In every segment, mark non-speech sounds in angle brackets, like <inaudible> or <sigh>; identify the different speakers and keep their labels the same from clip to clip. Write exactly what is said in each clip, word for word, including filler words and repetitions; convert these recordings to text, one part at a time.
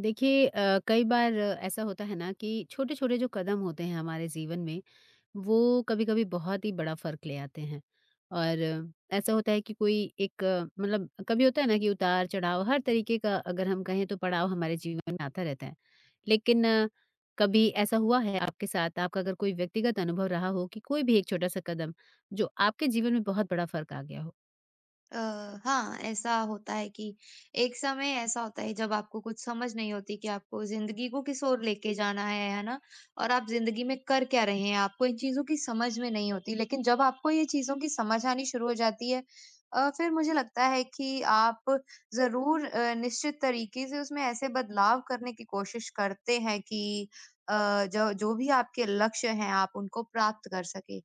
Speaker 1: देखिए अ, कई बार अ, ऐसा होता है ना कि छोटे-छोटे जो कदम होते हैं हमारे जीवन में, वो कभी-कभी बहुत ही बड़ा फ़र्क ले आते हैं। और अ, ऐसा होता है कि कोई एक अ, मतलब कभी होता है ना कि उतार-चढ़ाव हर तरीके का अगर हम कहें तो पड़ाव हमारे जीवन में आता रहता है। लेकिन अ, कभी ऐसा हुआ है आपके साथ, आपका अगर कोई व्यक्तिगत अनुभव रहा हो कि कोई भी एक छोटा-सा कदम जो आपके जीवन में बहुत बड़ा फ़र्क आ गया हो?
Speaker 2: अ, हाँ, ऐसा होता है कि एक समय ऐसा होता है जब आपको कुछ समझ नहीं होती कि आपको ज़िंदगी को किस ओर लेके जाना है, है ना? और आप ज़िंदगी में कर क्या रहे हैं, आपको इन चीज़ों की समझ में नहीं होती। लेकिन जब आपको ये चीज़ों की समझ आनी शुरू हो जाती है अ, फिर मुझे लगता है कि आप ज़रूर अ, निश्चित तरीके से उसमें ऐसे बदलाव करने की कोशिश करते हैं कि अ, जो जो भी आपके लक्ष्य हैं, आप उनको प्राप्त कर सकें।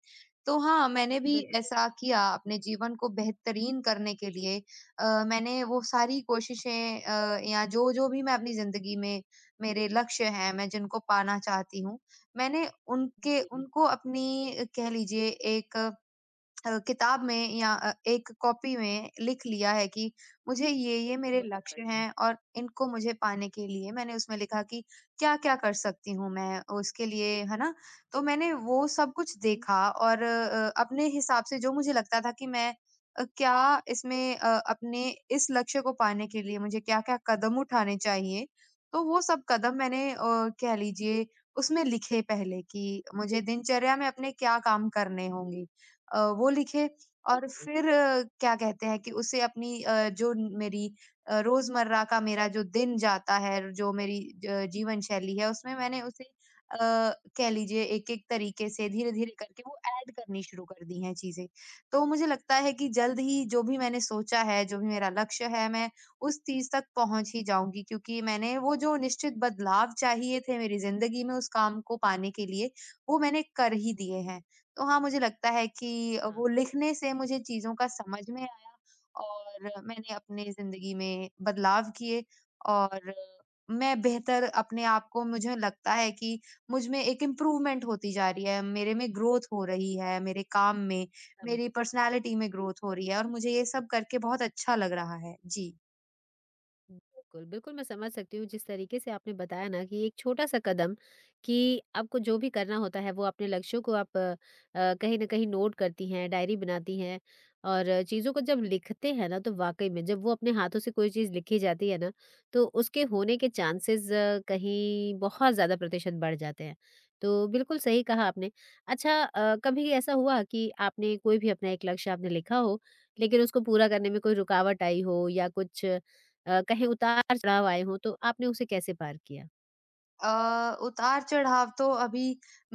Speaker 2: तो हाँ, मैंने भी
Speaker 1: बिल्कुल।
Speaker 2: ऐसा किया अपने जीवन को बेहतरीन करने के लिए। अ, मैंने वो सारी कोशिशें अ, या जो-जो भी मैं अपनी ज़िंदगी में मेरे लक्ष्य हैं, मैं जिनको पाना चाहती हूँ, मैंने उनके
Speaker 1: जी,
Speaker 2: उनको अपनी, अ, कह लीजिए एक अ, किताब में या अ, एक कॉपी में लिख लिया है कि मुझे ये ये मेरे
Speaker 1: बहुत
Speaker 2: लक्ष्य
Speaker 1: बढ़िया।
Speaker 2: हैं और इनको मुझे पाने के लिए मैंने उसमें लिखा कि क्या-क्या कर सकती हूँ मैं उसके लिए, है ना? तो मैंने वो सब कुछ
Speaker 1: हुँ,
Speaker 2: देखा और अ, अपने हिसाब से जो मुझे लगता था कि मैं अ, क्या इसमें अ, अपने इस लक्ष्य को पाने के लिए मुझे क्या-क्या कदम उठाने चाहिए, तो वो सब कदम मैंने अ, कह लीजिए उसमें लिखे पहले कि मुझे दिनचर्या में अपने क्या काम करने होंगे। अ, वो लिखे और फिर अ, क्या कहते हैं कि उसे अपनी, अ, जो न- मेरी अ, रोज़मर्रा का मेरा जो दिन जाता है, जो मेरी ज जीवन शैली है, उसमें मैंने उसे अ, कह लीजिए एक-एक तरीके से धीरे-धीरे करके वो ऐड करनी शुरू कर दी हैं चीज़ें। तो मुझे लगता है कि जल्द ही
Speaker 1: हुँ।
Speaker 2: जो भी मैंने सोचा है, जो भी मेरा लक्ष्य है, मैं उस चीज़ तक पहुँच ही जाऊँगी क्योंकि मैंने वो जो निश्चित बदलाव चाहिए थे मेरी ज़िंदगी में उस काम को पाने के लिए, वो मैंने कर ही दिए हैं। तो हाँ, मुझे लगता है कि अ,
Speaker 1: हाँ।
Speaker 2: वो लिखने से मुझे चीज़ों का समझ में आया और मैंने अपने ज़िंदगी में बदलाव किए और मैं बेहतर अपने आप को मुझे लगता है कि मुझ में एक इम्प्रूवमेंट होती जा रही है, मेरे में ग्रोथ हो रही है, मेरे काम में, मेरी पर्सनैलिटी में ग्रोथ हो रही है और मुझे ये सब करके बहुत अच्छा लग रहा है। जी।
Speaker 1: बिल्कुल, बिल्कुल मैं समझ सकती हूँ जिस तरीके से आपने बताया ना कि एक छोटा-सा कदम कि आपको जो भी करना होता है वो अपने लक्ष्यों को आप अ, अ, कहीं न कहीं नोट करती हैं, डायरी बनाती हैं और अ, चीज़ों को जब लिखते हैं ना तो वाक़ई में जब वो अपने हाथों से कोई चीज़ लिखी जाती है ना, तो उसके होने के चांसेस कहीं बहुत ज़्यादा प्रतिशत बढ़ जाते हैं। तो बिल्कुल सही कहा आपने। अच्छा अ, कभी ऐसा हुआ कि आपने कोई भी अपना एक लक्ष्य आपने लिखा हो, लेकिन उसको पूरा करने में कोई रुकावट आई हो या कुछ अ, कहीं उतार-चढ़ाव आए हों, तो आपने उसे कैसे पार किया?
Speaker 2: अ, उतार-चढ़ाव तो अभी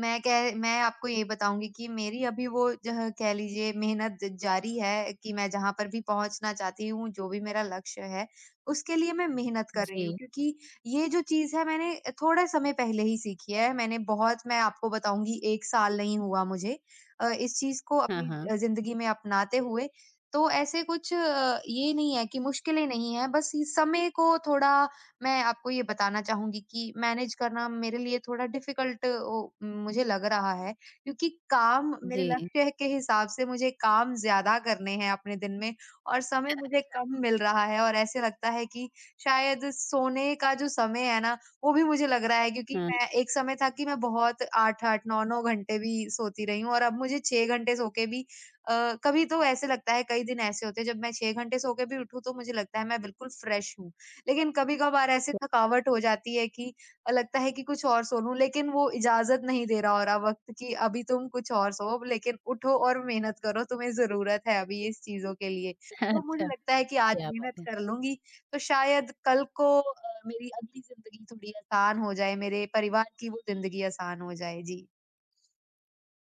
Speaker 2: मैं कह मैं आपको ये बताऊँगी कि मेरी अभी वो जह कह लीजिए मेहनत जारी है कि मैं जहाँ पर भी पहुँचना चाहती हूँ, जो भी मेरा लक्ष्य है, उसके लिए मैं मेहनत कर रही हूँ
Speaker 1: जी।
Speaker 2: क्योंकि ये जो चीज़ है मैंने थोड़ा समय पहले ही सीखी है। मैंने बहुत मैं आपको बताऊँगी एक साल नहीं हुआ मुझे अ, इस चीज़ को
Speaker 1: हाँ,
Speaker 2: अपनी
Speaker 1: हाँ।
Speaker 2: अ, ज़िंदगी में अपनाते हुए। तो ऐसे कुछ, अ, ये नहीं है कि मुश्किलें नहीं हैं, बस ये समय को थोड़ा मैं आपको ये बताना चाहूँगी कि मैनेज करना मेरे लिए थोड़ा डिफ़िकल्ट ओ, मुझे लग रहा है क्योंकि काम मेरे
Speaker 1: जी।
Speaker 2: लक्ष्य के हिसाब से मुझे काम ज़्यादा करने हैं अपने दिन में और समय मुझे कम मिल रहा है और ऐसे लगता है कि शायद सोने का जो समय है ना, वो भी मुझे लग रहा है क्योंकि
Speaker 1: हाँ,
Speaker 2: मैं एक समय था कि मैं बहुत आठ आठ, नौ नौ घंटे भी सोती रही हूँ और अब मुझे छह घंटे सो के भी अ, कभी तो ऐसे लगता है कई दिन ऐसे होते हैं जब मैं छह घंटे सो के भी उठूँ तो मुझे लगता है मैं बिल्कुल फ्रेश हूँ। लेकिन कभी-कभार ऐसी थकावट हो जाती है कि अ, लगता है कि कुछ और सो लूँ, लेकिन वो इजाज़त नहीं दे रहा हो रहा वक़्त कि अभी तुम कुछ और सोओ, लेकिन उठो और मेहनत करो, तुम्हें ज़रूरत है अभी इस चीज़ों के लिए। तो
Speaker 1: <laughs>
Speaker 2: मुझे
Speaker 1: अच्छा,
Speaker 2: लगता है कि आज
Speaker 1: क्या बात
Speaker 2: मेहनत
Speaker 1: है।
Speaker 2: कर लूँगी, तो शायद कल को अ, मेरी अगली ज़िंदगी थोड़ी आसान हो जाए, मेरे परिवार की वो ज़िंदगी आसान हो जाए। जी।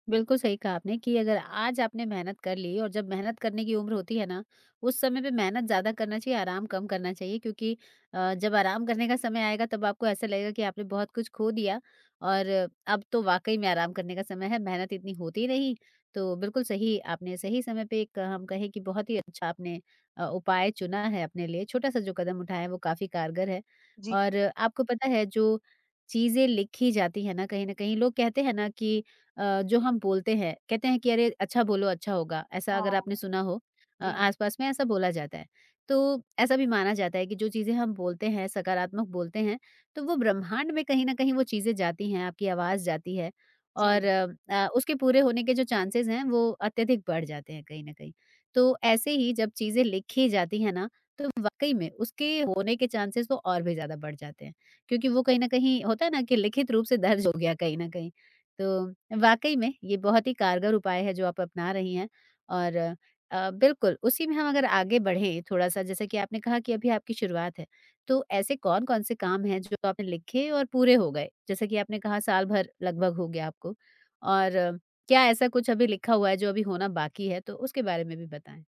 Speaker 1: बिल्कुल सही कहा आपने कि अगर आज आपने मेहनत कर ली और जब मेहनत करने की उम्र होती है ना उस समय पे मेहनत ज्यादा करना चाहिए, आराम कम करना चाहिए। क्योंकि अ, जब आराम करने का समय आएगा तब आपको ऐसा लगेगा कि आपने बहुत कुछ खो दिया और अब तो वाकई में आराम करने का समय है, मेहनत इतनी होती नहीं। तो बिल्कुल सही, आपने सही समय पे एक हम कहें कि बहुत ही अच्छा आपने अ, उपाय चुना है अपने लिए। छोटा सा जो कदम उठाया है, वो काफी कारगर है।
Speaker 2: जी।
Speaker 1: और आपको पता है जो चीजें लिखी जाती है ना कहीं ना कहीं लोग कहते हैं ना कि अ, जो हम बोलते हैं, कहते हैं कि अरे अच्छा बोलो अच्छा होगा, ऐसा अगर आपने
Speaker 2: हाँ।
Speaker 1: सुना हो। अ,
Speaker 2: जी,
Speaker 1: आस-पास में ऐसा बोला जाता है। तो ऐसा भी माना जाता है कि जो चीज़ें हम बोलते हैं, सकारात्मक बोलते हैं, तो वो ब्रह्मांड में कहीं न कहीं वो चीज़ें जाती हैं, आपकी आवाज़ जाती है और
Speaker 2: जी।
Speaker 1: अ, अ, उसके पूरे होने के जो चांसेज़ हैं वो अत्यधिक बढ़ जाते हैं कहीं न कहीं। तो ऐसे ही जब चीज़ें लिखी जाती हैं ना, तो वाक़ई में उसके होने के चांसेज़ तो और भी ज़्यादा बढ़ जाते हैं। क्योंकि वो कहीं न कहीं होता है ना कि लिखित रूप से दर्ज हो गया कहीं न कहीं। तो वाक़ई में ये बहुत ही कारगर उपाय है जो आप अपना रही हैं। और अ, बिल्कुल उसी में हम अगर आगे बढ़ें थोड़ा-सा, जैसा कि आपने कहा कि अभी आपकी शुरुआत है, तो ऐसे कौन-कौन से काम हैं जो आपने लिखे और पूरे हो गए? जैसा कि आपने कहा साल भर लगभग हो गया आपको और अ, क्या ऐसा कुछ अभी लिखा हुआ है जो अभी होना बाकी है? तो उसके बारे में भी बताएँ।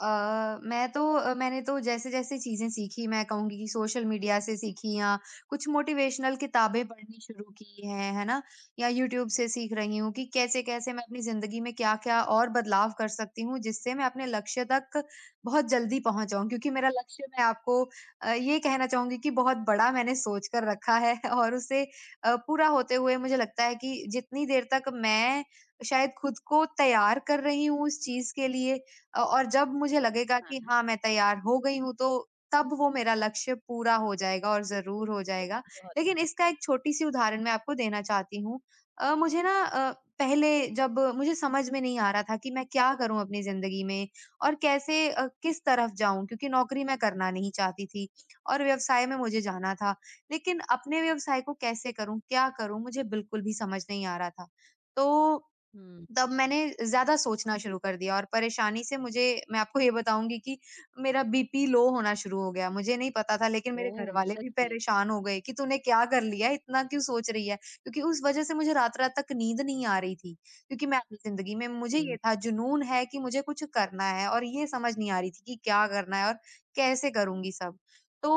Speaker 2: अ, मैं तो, अ, मैंने तो जैसे-जैसे चीज़ें सीखी मैं कहूँगी कि सोशल मीडिया से सीखी या कुछ मोटिवेशनल किताबें पढ़नी शुरू की हैं, है ना? या यूट्यूब से सीख रही हूँ कि कैसे-कैसे मैं अपनी ज़िंदगी में क्या-क्या और बदलाव कर सकती हूँ, जिससे मैं अपने लक्ष्य तक बहुत जल्दी पहुँच जाऊँ। क्योंकि मेरा लक्ष्य मैं आपको अ, ये कहना चाहूँगी कि बहुत बड़ा मैंने सोच कर रखा है <laughs> और उसे अ, पूरा होते हुए मुझे लगता है कि जितनी देर तक मैं शायद खुद को तैयार कर रही हूँ उस चीज़ के लिए अ, और जब मुझे लगेगा
Speaker 1: हाँ,
Speaker 2: कि
Speaker 1: हाँ।
Speaker 2: हाँ, मैं तैयार हो गई हूँ, तो तब वो मेरा लक्ष्य पूरा हो जाएगा और ज़रूर हो जाएगा।
Speaker 1: बहुत
Speaker 2: लेकिन
Speaker 1: बढ़िया।
Speaker 2: इसका एक छोटी-सी उदाहरण मैं आपको देना चाहती हूँ। अ, मुझे ना, अ, पहले जब मुझे समझ में नहीं आ रहा था कि मैं क्या करूँ अपनी ज़िंदगी में और कैसे, अ, किस तरफ जाऊँ क्योंकि नौकरी मैं करना नहीं चाहती थी और व्यवसाय में मुझे जाना था। लेकिन अपने व्यवसाय को कैसे करूँ, क्या करूँ, मुझे बिल्कुल भी समझ नहीं आ रहा था। तो
Speaker 1: हुँ।
Speaker 2: तब मैंने ज़्यादा सोचना शुरू कर दिया और परेशानी से मुझे मैं आपको ये बताऊँगी कि मेरा बीपी लो होना शुरू हो गया। मुझे नहीं पता था लेकिन मेरे
Speaker 1: ओह!
Speaker 2: घरवाले
Speaker 1: सच
Speaker 2: भी
Speaker 1: में।
Speaker 2: परेशान हो गए कि तूने क्या कर लिया? इतना क्यों सोच रही है? क्योंकि उस वज़ह से मुझे रात-रात तक नींद नहीं आ रही थी। क्योंकि मैं अपनी ज़िंदगी में मुझे ये
Speaker 1: जी,
Speaker 2: था जुनून है कि मुझे कुछ करना है और ये समझ नहीं आ रही थी कि क्या करना है और कैसे करूँगी सब? तो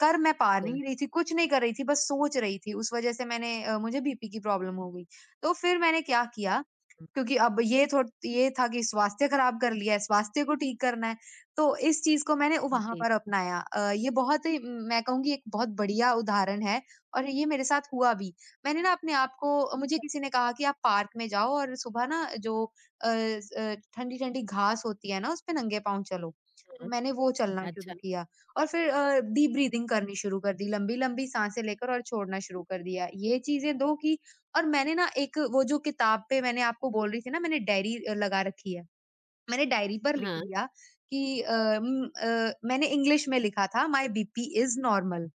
Speaker 2: कर मैं पा
Speaker 1: बिल्कुल।
Speaker 2: नहीं रही थी, कुछ नहीं कर रही थी, बस सोच रही थी। उस वज़ह से मैंने, अ, मुझे बीपी की प्रॉब्लम हो गई। तो फिर मैंने क्या किया
Speaker 1: हुँ।
Speaker 2: क्योंकि अब ये थो ये था कि स्वास्थ्य खराब कर लिया है, स्वास्थ्य को ठीक करना है, तो इस चीज़ को मैंने वहाँ
Speaker 1: जी।
Speaker 2: पर अपनाया। अ, ये बहुत ही म, मैं कहूँगी एक बहुत बढ़िया उदाहरण है और ये मेरे साथ हुआ भी। मैंने ना अपने आप को मुझे किसी ने कहा कि आप पार्क में जाओ और सुबह ना जो, अ, ज ठंडी-ठंडी घास होती है ना, उसपे नंगे पाँव चलो। तो
Speaker 1: हुँ।
Speaker 2: मैंने वो चलना शुरू
Speaker 1: अच्छा।
Speaker 2: किया और फिर अ, डीप ब्रीथिंग करनी शुरू कर दी, लंबी-लंबी साँसें लेकर और छोड़ना शुरू कर दिया। ये चीज़ें दो की। और मैंने ना एक वो जो किताब पे मैंने आपको बोल रही थी ना मैंने डायरी अ, लगा रखी है। मैंने डायरी पर लिख
Speaker 1: हाँ।
Speaker 2: दिया कि अ, उम, अ, मैंने इंग्लिश में लिखा था my BP is normal.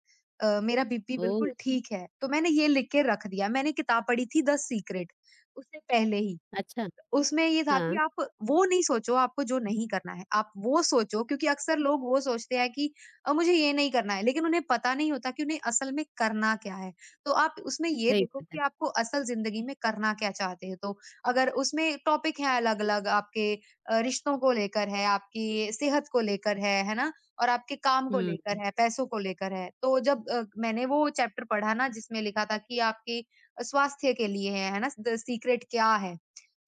Speaker 2: Uh, मेरा बीपी
Speaker 1: ओह!
Speaker 2: बिल्कुल ठीक है। तो मैंने ये लिख के रख दिया। मैंने किताब पढ़ी थी द सीक्रेट उससे पहले ही।
Speaker 1: अच्छा।
Speaker 2: उसमें ये था कि
Speaker 1: हाँ,
Speaker 2: आप वो नहीं सोचो आपको जो नहीं करना है, आप वो सोचो क्योंकि अक्सर लोग वो सोचते हैं कि अ, मुझे ये नहीं करना है, लेकिन उन्हें पता नहीं होता कि उन्हें असल में करना क्या है। तो आप उसमें ये
Speaker 1: सही
Speaker 2: देखो
Speaker 1: बात
Speaker 2: कि
Speaker 1: है।
Speaker 2: आपको असल ज़िंदगी में करना क्या चाहते हो, तो अगर उसमें टॉपिक हैं अलग-अलग आपके, अ, रिश्तों को लेकर है, आपकी सेहत को लेकर है, है ना? और आपके काम को
Speaker 1: हुँ,
Speaker 2: लेकर है, पैसों को लेकर है। तो जब अ, मैंने वो चैप्टर पढ़ा ना जिसमें लिखा था कि आपके स्वास्थ्य के लिए है, है ना? द सीक्रेट क्या है?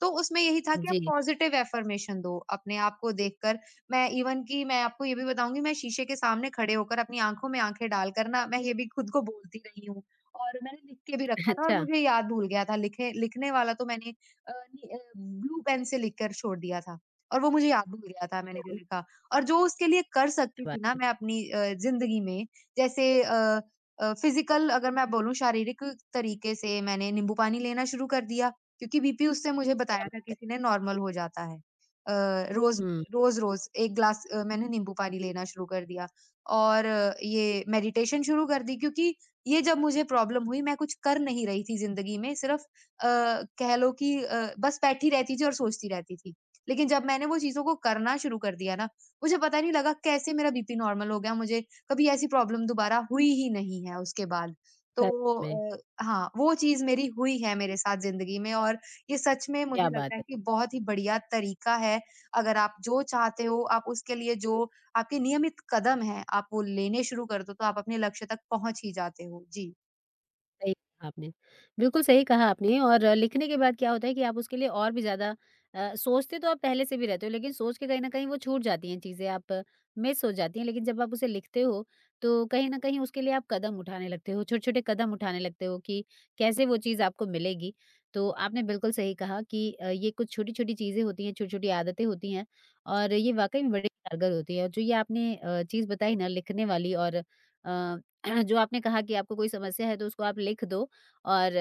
Speaker 2: तो उसमें यही था कि आप
Speaker 1: जी,
Speaker 2: पॉजिटिव अफ़र्मेशन दो अपने आप को देखकर। मैं इवन कि मैं आपको ये भी बताऊँगी मैं शीशे के सामने खड़े होकर अपनी आँखों में आँखें डालकर ना मैं ये भी खुद को बोलती रही हूँ और मैंने लिख के भी
Speaker 1: <laughs>
Speaker 2: रखा था और
Speaker 1: अच्छा,
Speaker 2: मुझे याद भूल गया था। लिखे लिखने वाला तो मैंने अ, नि अ, ब्लू पेन से लिख कर छोड़ दिया था और वो मुझे याद भूल गया था मैंने जो लिखा। और जो उसके लिए कर सकती
Speaker 1: क्या
Speaker 2: थी ना
Speaker 1: बात है,
Speaker 2: मैं अपनी अ, ज़िंदगी में जैसे, अ अ, फ़िज़िकल अगर मैं बोलूँ शारीरिक तरीके से मैंने नींबू पानी लेना शुरू कर दिया। क्योंकि बीपी उससे मुझे
Speaker 1: क्या
Speaker 2: बताया था
Speaker 1: बात है।
Speaker 2: किसी ने नॉर्मल हो जाता है। अ, रोज़
Speaker 1: हुँ,
Speaker 2: रोज़-रोज़ एक ग्लास, अ, मैंने नींबू पानी लेना शुरू कर दिया और अ, ये मेडिटेशन शुरू कर दी क्योंकि ये जब मुझे प्रॉब्लम हुई मैं कुछ कर नहीं रही थी ज़िंदगी में सिर्फ़, अ, कह लो कि अ, बस बैठी रहती थी और सोचती रहती थी। लेकिन जब मैंने वो चीज़ों को करना शुरू कर दिया ना, मुझे पता नहीं लगा कैसे मेरा बीपी नॉर्मल हो गया, मुझे कभी ऐसी प्रॉब्लम दोबारा हुई ही नहीं है उसके बाद। तो
Speaker 1: सच में,
Speaker 2: अ हाँ, वो चीज़ मेरी हुई है मेरे साथ ज़िंदगी में और ये सच में मुझे
Speaker 1: क्या बात
Speaker 2: लगता है
Speaker 1: है।
Speaker 2: कि बहुत ही बढ़िया तरीका है। अगर आप जो चाहते हो, आप उसके लिए जो आपके नियमित कदम हैं, आप वो लेने शुरू कर दो, तो आप अपने लक्ष्य तक पहुँच ही जाते हो। जी।
Speaker 1: सही कहा आपने। बिल्कुल सही कहा आपने। और अ, लिखने के बाद क्या होता है कि आप उसके लिए और भी ज़्यादा अ, सोचते तो आप पहले से भी रहते हो, लेकिन सोच के कहीं न कहीं वो छूट जाती हैं चीज़ें, आप मिस हो जाती हैं। लेकिन जब आप उसे लिखते हो, तो कहीं न कहीं उसके लिए आप कदम उठाने लगते हो, छोटे-छोटे कदम उठाने लगते हो कि कैसे वो चीज़ आपको मिलेगी। तो आपने बिल्कुल सही कहा कि अ, ये कुछ छोटी-छोटी चीज़ें होती हैं, छोटी-छोटी आदतें होती हैं और ये वाक़ई में बड़ी कारगर होती है। और जो ये आपने अ, चीज़ बताई ना लिखने वाली और अ, हाँ, जो आपने कहा कि आपको कोई समस्या है तो उसको आप लिख दो और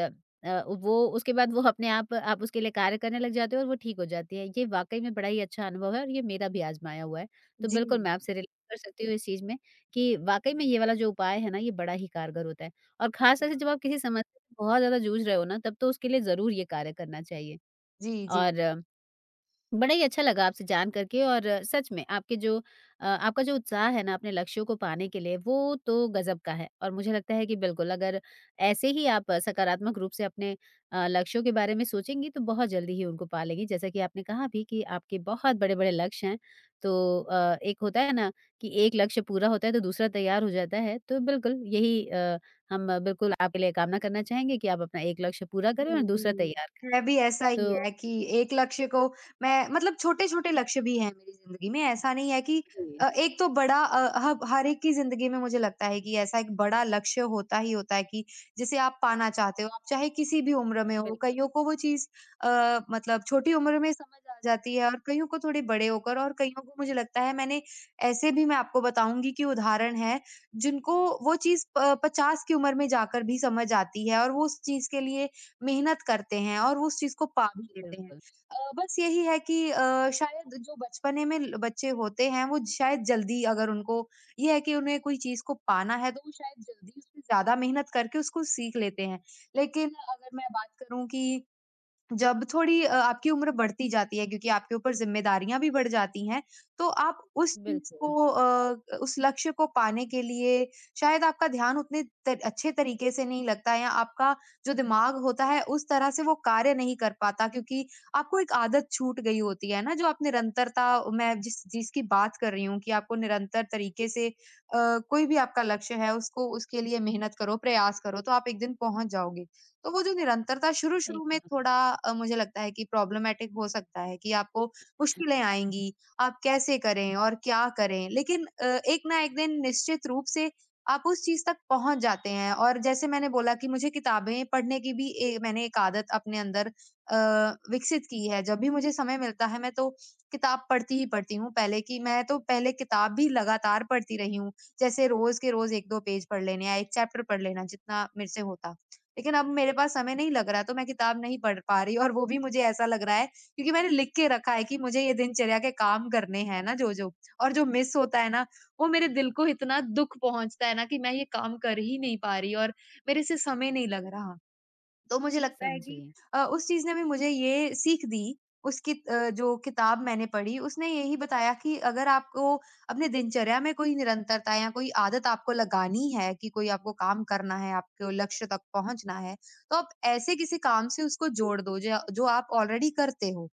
Speaker 1: अ, वो उसके बाद वो अपने आप आप उसके लिए कार्य करने लग जाते हो और वो ठीक हो जाती है। ये वाक़ई में बड़ा ही अच्छा अनुभव है और ये मेरा भी आज़माया हुआ है। तो
Speaker 2: जी।
Speaker 1: बिल्कुल मैं आपसे रिलेट कर सकती हूँ इस चीज़ में कि वाक़ई में ये वाला जो उपाय है ना ये बड़ा ही कारगर होता है और ख़ास तौर से
Speaker 2: हाँ।
Speaker 1: जब आप किसी समस्या से बहुत ज़्यादा जूझ रहे हो ना तब तो उसके लिए ज़रूर ये कार्य करना चाहिए।
Speaker 2: जी, जी।
Speaker 1: और बड़ा ही अच्छा लगा आपसे जान करके और सच में आपके जो अ, आपका जो उत्साह है ना अपने लक्ष्यों को पाने के लिए वो तो गजब का है और मुझे लगता है कि बिल्कुल अगर ऐसे ही आप सकारात्मक रूप से अपने अ, लक्ष्यों के बारे में सोचेंगी तो बहुत जल्दी ही उनको पा लेंगी। जैसा कि आपने कहा भी कि आपके बहुत बड़े बड़े लक्ष्य हैं तो अ, एक होता है ना कि एक लक्ष्य पूरा होता है तो दूसरा तैयार हो जाता है। तो बिल्कुल यही अ, हम बिल्कुल आपके लिए कामना करना चाहेंगे कि आप अपना एक लक्ष्य पूरा करें और
Speaker 2: जी,
Speaker 1: दूसरा
Speaker 2: जी।
Speaker 1: तैयार करें।
Speaker 2: है भी ऐसा ही
Speaker 1: तो
Speaker 2: है कि एक लक्ष्य को मैं मतलब छोटे-छोटे लक्ष्य भी हैं मेरी ज़िंदगी में, ऐसा नहीं है कि।
Speaker 1: जी
Speaker 2: अ,
Speaker 1: जी,
Speaker 2: एक तो बड़ा, अ, हब हर एक की ज़िंदगी में मुझे लगता है कि ऐसा एक बड़ा लक्ष्य होता ही होता है कि जिसे आप पाना चाहते हो, आप चाहे किसी भी उम्र में हो।
Speaker 1: बिल्कुल
Speaker 2: कइयों को वो चीज़ अ, मतलब छोटी उम्र में समझ आ जाती है और कइयों को थोड़े बड़े होकर, और कइयों को मुझे लगता है, मैंने ऐसे भी मैं आपको बताऊँगी कि उदाहरण हैं, जिनको वो चीज़ प पचास की उम्र में जाकर भी समझ आती है और वो उस चीज़ के लिए मेहनत करते हैं और उस चीज़ को पा भी लेते हैं।
Speaker 1: बिल्कुल
Speaker 2: अ, बस यही है कि अ, शायद जो बचपने में ल बच्चे होते हैं, वो शायद जल्दी, अगर उनको ये है कि उन्हें कोई चीज़ को पाना है, तो वो शायद जल्दी उसमें ज़्यादा मेहनत करके उसको सीख लेते हैं। लेकिन अगर मैं बात करूँ कि जब थोड़ी अ, आपकी उम्र बढ़ती जाती है, क्योंकि आपके ऊपर ज़िम्मेदारियाँ भी बढ़ जाती हैं, तो आप उस चीज़
Speaker 1: बिल्कुल,
Speaker 2: को, अ, उस लक्ष्य को पाने के लिए शायद आपका ध्यान उतने त अच्छे तरीके से नहीं लगता है, या आपका जो दिमाग होता है उस तरह से वो कार्य नहीं कर पाता, क्योंकि आपको एक आदत छूट गई होती है ना, जो आप निरंतरता। मैं जिस चीज़ की बात कर रही हूँ कि आपको निरंतर तरीके से अ, कोई भी आपका लक्ष्य है उसको, उसके लिए मेहनत करो, प्रयास करो, तो आप एक दिन पहुँच जाओगे। तो वो जो निरंतरता शुरू-शुरू में
Speaker 1: एकदम
Speaker 2: थोड़ा, अ, मुझे लगता है कि प्रॉब्लमैटिक हो सकता है कि आपको मुश्किलें आएँगी, आप कैसे करें और क्या करें? लेकिन अ, एक ना एक दिन निश्चित रूप से आप उस चीज़ तक पहुँच जाते हैं। और जैसे मैंने बोला कि मुझे किताबें पढ़ने की भी, ए मैंने एक आदत अपने अंदर अ, विकसित की है। जब भी मुझे समय मिलता है, मैं तो किताब पढ़ती ही पढ़ती हूँ। पहले की मैं, तो पहले किताब भी लगातार पढ़ती रही हूँ, जैसे रोज़ के रोज़ एक-दो पेज पढ़ लेने, या एक चैप्टर पढ़ लेना, जितना मेरे से होता। लेकिन अब मेरे पास समय नहीं लग रहा है, तो मैं किताब नहीं पढ़ पा रही, और वो भी मुझे ऐसा लग रहा है, क्योंकि मैंने लिख के रखा है कि मुझे ये दिनचर्या के काम करने हैं ना, जो-जो। और जो मिस होता है ना, वो मेरे दिल को इतना दुःख पहुँचता है ना, कि मैं ये काम कर ही नहीं पा रही, और मेरे से समय नहीं लग रहा। तो मुझे लगता है
Speaker 1: समझी।
Speaker 2: कि अ, उस चीज़ ने भी मुझे ये सीख दी, उसकी, अ, जो किताब मैंने पढ़ी, उसने यही बताया कि अगर आपको अपने दिनचर्या में कोई निरंतरता या कोई आदत आपको लगानी है, कि कोई आपको काम करना है, आपको लक्ष्य तक पहुँचना है, तो आप ऐसे किसी काम से उसको जोड़ दो, ज जो आप ऑलरेडी करते हो।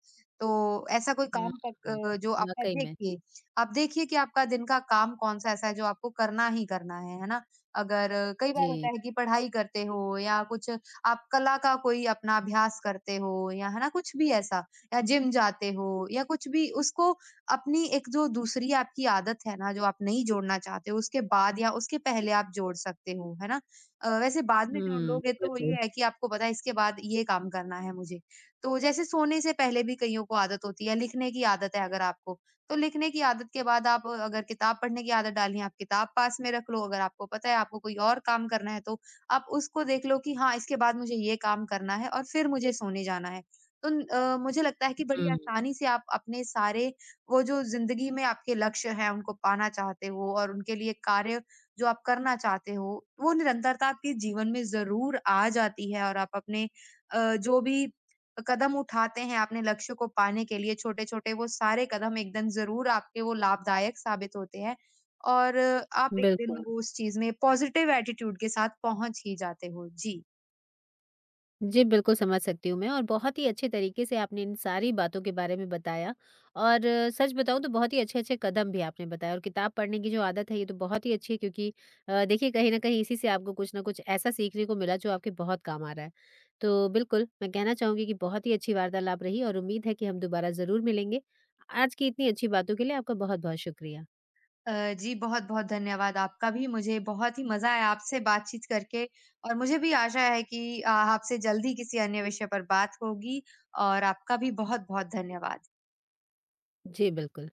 Speaker 2: तो ऐसा कोई
Speaker 1: हुँ,
Speaker 2: काम तक, अ, जो आपका,
Speaker 1: वाक़ई में।
Speaker 2: देखिए, आप देखिए कि आपका दिन का काम कौन-सा ऐसा है जो आपको करना ही करना है, है ना? अगर अ, कई बार होता
Speaker 1: जी।
Speaker 2: है कि पढ़ाई करते हो, या कुछ आप कला का कोई अपना अभ्यास करते हो, या है ना कुछ भी ऐसा, या जिम जाते हो, या कुछ भी, उसको अपनी एक जो दूसरी आपकी आदत है ना, जो आप नहीं जोड़ना चाहते हो, उसके बाद या उसके पहले आप जोड़ सकते हो, है ना? अ, वैसे बाद में जोड़
Speaker 1: हुँ,
Speaker 2: लोगे, तो ये
Speaker 1: बिल्कुल।
Speaker 2: है कि आपको पता है इसके बाद ये काम करना है मुझे। तो जैसे सोने से पहले भी कइयों को आदत होती है, लिखने की आदत है अगर आपको, तो लिखने की आदत के बाद, आप अगर किताब पढ़ने की आदत डाली है, आप किताब पास में रख लो, अगर आपको पता है आपको कोई और काम करना है, तो आप उसको देख लो कि हाँ, इसके बाद मुझे ये काम करना है और फिर मुझे सोने जाना है। तो न- अ, मुझे लगता है कि बड़ी
Speaker 1: हुँ,
Speaker 2: आसानी से आप अपने सारे, वो जो ज़िंदगी में आपके लक्ष्य हैं, उनको पाना चाहते हो और उनके लिए कार्य जो आप करना चाहते हो, वो निरंतरता आपके जीवन में ज़रूर आ जाती है। और आप अपने अ, जो भी कदम उठाते हैं अपने लक्ष्य को पाने के लिए छोटे-छोटे, वो सारे कदम एकदम ज़रूर आपके वो लाभदायक साबित होते हैं, और आप एक दिन
Speaker 1: बिल्कुल।
Speaker 2: वो उस चीज़ में पॉज़िटिव एटीट्यूड के साथ पहुँच ही जाते हो। जी।
Speaker 1: जी, बिल्कुल समझ सकती हूँ मैं और बहुत ही अच्छे तरीके से आपने इन सारी बातों के बारे में बताया और अ, सच बताऊँ तो बहुत ही अच्छे-अच्छे कदम भी आपने बताए और किताब पढ़ने की जो आदत है ये तो बहुत ही अच्छी है क्योंकि अ, देखिए कहीं न कहीं इसी से आपको कुछ ना कुछ ऐसा सीखने को मिला जो आपके बहुत काम आ रहा है। तो बिल्कुल, मैं कहना चाहूँगी कि बहुत ही अच्छी वार्तालाप रही और उम्मीद है कि हम दोबारा ज़रूर मिलेंगे। आज की इतनी अच्छी बातों के लिए आपका बहुत-बहुत शुक्रिया।
Speaker 2: अ, जी, बहुत-बहुत धन्यवाद आपका भी। मुझे बहुत ही मज़ा आया आपसे बातचीत करके, और मुझे भी आशा है कि अ, आपसे जल्दी किसी अन्य विषय पर बात होगी, और आपका भी बहुत-बहुत धन्यवाद।
Speaker 1: जी, बिल्कुल।